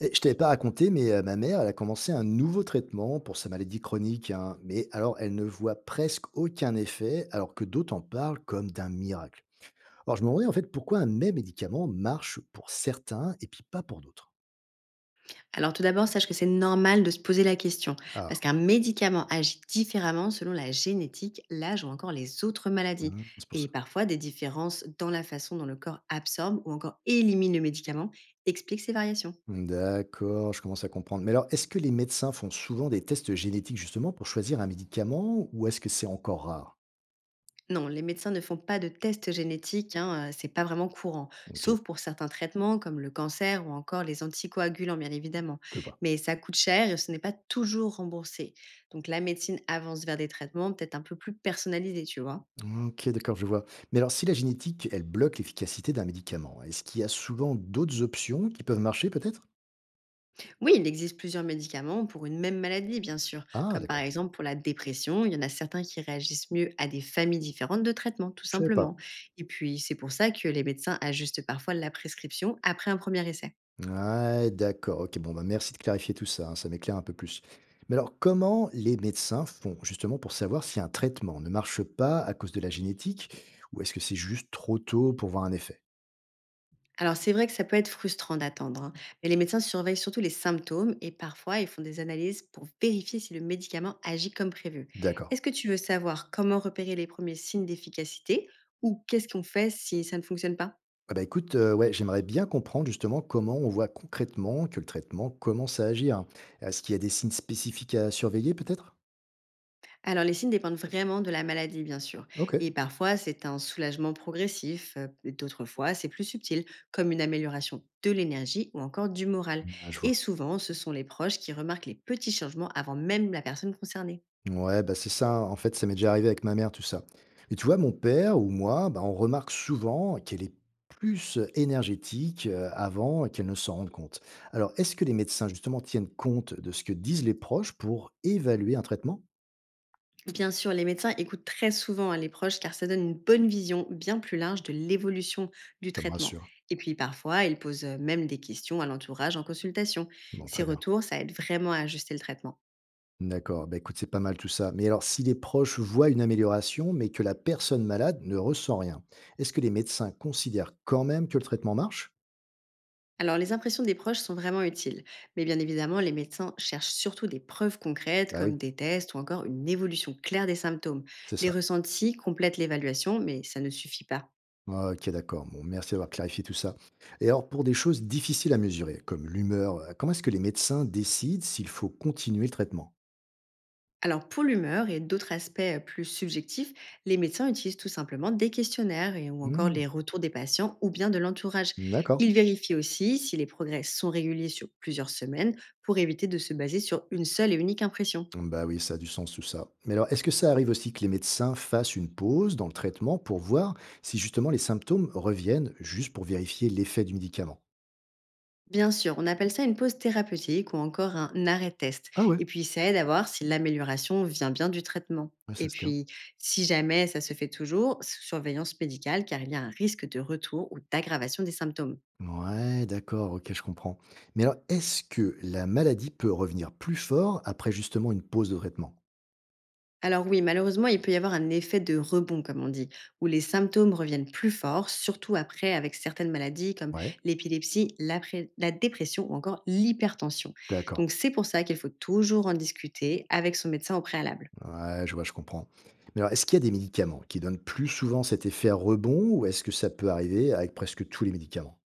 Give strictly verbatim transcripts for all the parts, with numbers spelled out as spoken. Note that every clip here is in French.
Et je t'avais pas raconté, mais euh, ma mère, elle a commencé un nouveau traitement pour sa maladie chronique, hein. Mais alors, elle ne voit presque aucun effet, alors que d'autres en parlent comme d'un miracle. Alors, je me demandais en fait pourquoi un même médicament marche pour certains et puis pas pour d'autres. Alors tout d'abord, sache que c'est normal de se poser la question, Ah, parce qu'un médicament agit différemment selon la génétique, l'âge ou encore les autres maladies, hum, c'est pour et ça. parfois des différences dans la façon dont le corps absorbe ou encore élimine le médicament expliquent ces variations. D'accord, je commence à comprendre. Mais alors, est-ce que les médecins font souvent des tests génétiques justement pour choisir un médicament ou est-ce que c'est encore rare? Non, les médecins ne font pas de tests génétiques, hein, euh, c'est pas vraiment courant, Ok, sauf pour certains traitements comme le cancer ou encore les anticoagulants bien évidemment. je vois. Mais ça coûte cher et ce n'est pas toujours remboursé. Donc la médecine avance vers des traitements peut-être un peu plus personnalisés, tu vois. OK, d'accord, je vois. Mais alors, si la génétique, elle bloque l'efficacité d'un médicament, est-ce qu'il y a souvent d'autres options qui peuvent marcher peut-être? Oui, il existe plusieurs médicaments pour une même maladie, bien sûr, Ah, comme par d'accord, exemple pour la dépression, il y en a certains qui réagissent mieux à des familles différentes de traitements, tout je savais pas. simplement. Et puis, c'est pour ça que les médecins ajustent parfois la prescription après un premier essai. Ouais, d'accord, ok, bon, bah merci de clarifier tout ça, hein, ça m'éclaire un peu plus. Mais alors, comment les médecins font justement pour savoir si un traitement ne marche pas à cause de la génétique ou est-ce que c'est juste trop tôt pour voir un effet? Alors, c'est vrai que ça peut être frustrant d'attendre, hein, mais les médecins surveillent surtout les symptômes et parfois ils font des analyses pour vérifier si le médicament agit comme prévu. D'accord. Est-ce que tu veux savoir comment repérer les premiers signes d'efficacité ou qu'est-ce qu'on fait si ça ne fonctionne pas? Ah bah écoute, euh, ouais, j'aimerais bien comprendre justement comment on voit concrètement que le traitement commence à agir. Est-ce qu'il y a des signes spécifiques à surveiller peut-être? Alors, les signes dépendent vraiment de la maladie, bien sûr. Ok. Et parfois, c'est un soulagement progressif. euh, D'autres fois, c'est plus subtil, comme une amélioration de l'énergie ou encore du moral. Ah, je vois. Et souvent, ce sont les proches qui remarquent les petits changements avant même la personne concernée. Ouais, bah c'est ça. En fait, ça m'est déjà arrivé avec ma mère, tout ça. Et tu vois, mon père ou moi, bah, on remarque souvent qu'elle est plus énergétique, euh, avant qu'elle ne s'en rende compte. Alors, est-ce que les médecins, justement, tiennent compte de ce que disent les proches pour évaluer un traitement? Bien sûr, les médecins écoutent très souvent, hein, les proches, car ça donne une bonne vision bien plus large de l'évolution du Ça me traitement. rassure. Et puis parfois, ils posent, euh, même des questions à l'entourage en consultation. Bon, Ces très bien. retours, ça aide vraiment à ajuster le traitement. D'accord. Bah, écoute, c'est pas mal tout ça. Mais alors, si les proches voient une amélioration, mais que la personne malade ne ressent rien, est-ce que les médecins considèrent quand même que le traitement marche? Alors, les impressions des proches sont vraiment utiles, mais bien évidemment, les médecins cherchent surtout des preuves concrètes Bah comme oui, des tests ou encore une évolution claire des symptômes. c'est Les ça. ressentis complètent l'évaluation, mais ça ne suffit pas. Ah, ok, d'accord. Bon, merci d'avoir clarifié tout ça. Et alors, pour des choses difficiles à mesurer, comme l'humeur, euh, comment est-ce que les médecins décident s'il faut continuer le traitement? Alors, pour l'humeur et d'autres aspects euh, plus subjectifs, les médecins utilisent tout simplement des questionnaires et, ou encore Hmm. les retours des patients ou bien de l'entourage. D'accord. Ils vérifient aussi si les progrès sont réguliers sur plusieurs semaines pour éviter de se baser sur une seule et unique impression. Bah oui, ça a du sens tout ça. Mais alors, est-ce que ça arrive aussi que les médecins fassent une pause dans le traitement pour voir si justement les symptômes reviennent, juste pour vérifier l'effet du médicament? Bien sûr, on appelle ça une pause thérapeutique ou encore un arrêt test. Ah ouais, Et puis, ça aide à voir si l'amélioration vient bien du traitement. ouais, Et ça se tient. puis, si jamais ça se fait, toujours surveillance médicale, car il y a un risque de retour ou d'aggravation des symptômes. Ouais, d'accord, ok, je comprends. Mais alors, est-ce que la maladie peut revenir plus fort après justement une pause de traitement? Alors oui, malheureusement, il peut y avoir un effet de rebond, comme on dit, où les symptômes reviennent plus forts, surtout après, avec certaines maladies comme Ouais, l'épilepsie, la, pré- la dépression ou encore l'hypertension. d'accord. Donc c'est pour ça qu'il faut toujours en discuter avec son médecin au préalable. Ouais, je vois, je comprends. Mais alors, est-ce qu'il y a des médicaments qui donnent plus souvent cet effet rebond ou est-ce que ça peut arriver avec presque tous les médicaments?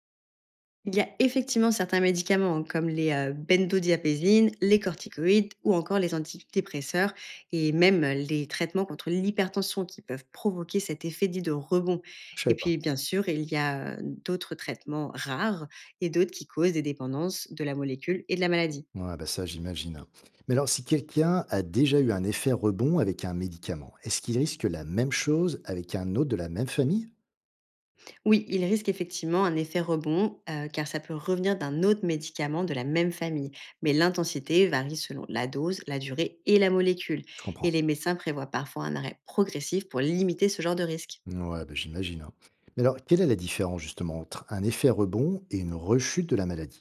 Il y a effectivement certains médicaments comme les euh, benzodiazépines, les corticoïdes ou encore les antidépresseurs et même, euh, les traitements contre l'hypertension qui peuvent provoquer cet effet dit de rebond. Je Et savais pas. puis bien sûr, il y a, euh, d'autres traitements rares et d'autres qui causent des dépendances de la molécule et de la maladie. Ouais, bah ça, j'imagine. Mais alors, si quelqu'un a déjà eu un effet rebond avec un médicament, est-ce qu'il risque la même chose avec un autre de la même famille? Oui, il risque effectivement un effet rebond, euh, car ça peut revenir d'un autre médicament de la même famille, mais l'intensité varie selon la dose, la durée et la molécule, Je et comprends. les médecins prévoient parfois un arrêt progressif pour limiter ce genre de risque. Ouais, bah j'imagine, hein. Mais alors, quelle est la différence justement entre un effet rebond et une rechute de la maladie?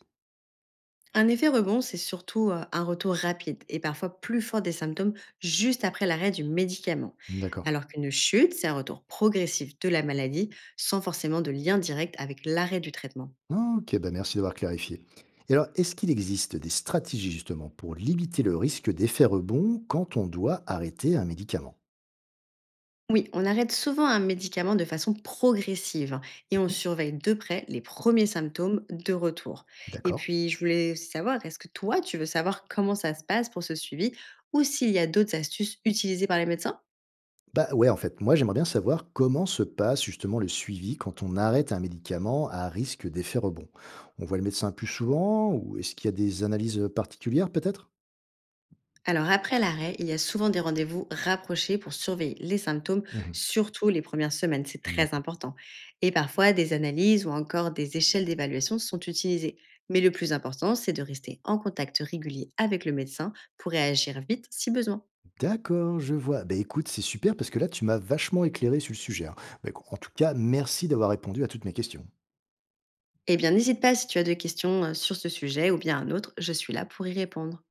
Un effet rebond, c'est surtout, euh, un retour rapide et parfois plus fort des symptômes juste après l'arrêt du médicament, D'accord. alors qu'une chute, c'est un retour progressif de la maladie sans forcément de lien direct avec l'arrêt du traitement. Ok, bah merci d'avoir clarifié. Et alors, est-ce qu'il existe des stratégies justement pour limiter le risque d'effet rebond quand on doit arrêter un médicament? Oui, on arrête souvent un médicament de façon progressive et on Mhm. surveille de près les premiers symptômes de retour. Et D'accord. puis, je voulais aussi savoir, est-ce que toi, tu veux savoir comment ça se passe pour ce suivi ou s'il y a d'autres astuces utilisées par les médecins? Bah ouais, en fait, moi j'aimerais bien savoir comment se passe justement le suivi quand on arrête un médicament à risque d'effet rebond. On voit le médecin plus souvent ou est-ce qu'il y a des analyses particulières peut-être? Alors après l'arrêt, il y a souvent des rendez-vous rapprochés pour surveiller les symptômes, Mhm. surtout les premières semaines, c'est très D'accord. important. Et parfois, des analyses ou encore des échelles d'évaluation sont utilisées. Mais le plus important, c'est de rester en contact régulier avec le médecin pour réagir vite si besoin. D'accord, je vois. Bah écoute, c'est super parce que là tu m'as vachement éclairé sur le sujet, hein. Bah, en tout cas, merci d'avoir répondu à toutes mes questions. Eh bien, n'hésite pas si tu as des questions euh, sur ce sujet ou bien un autre, je suis là pour y répondre.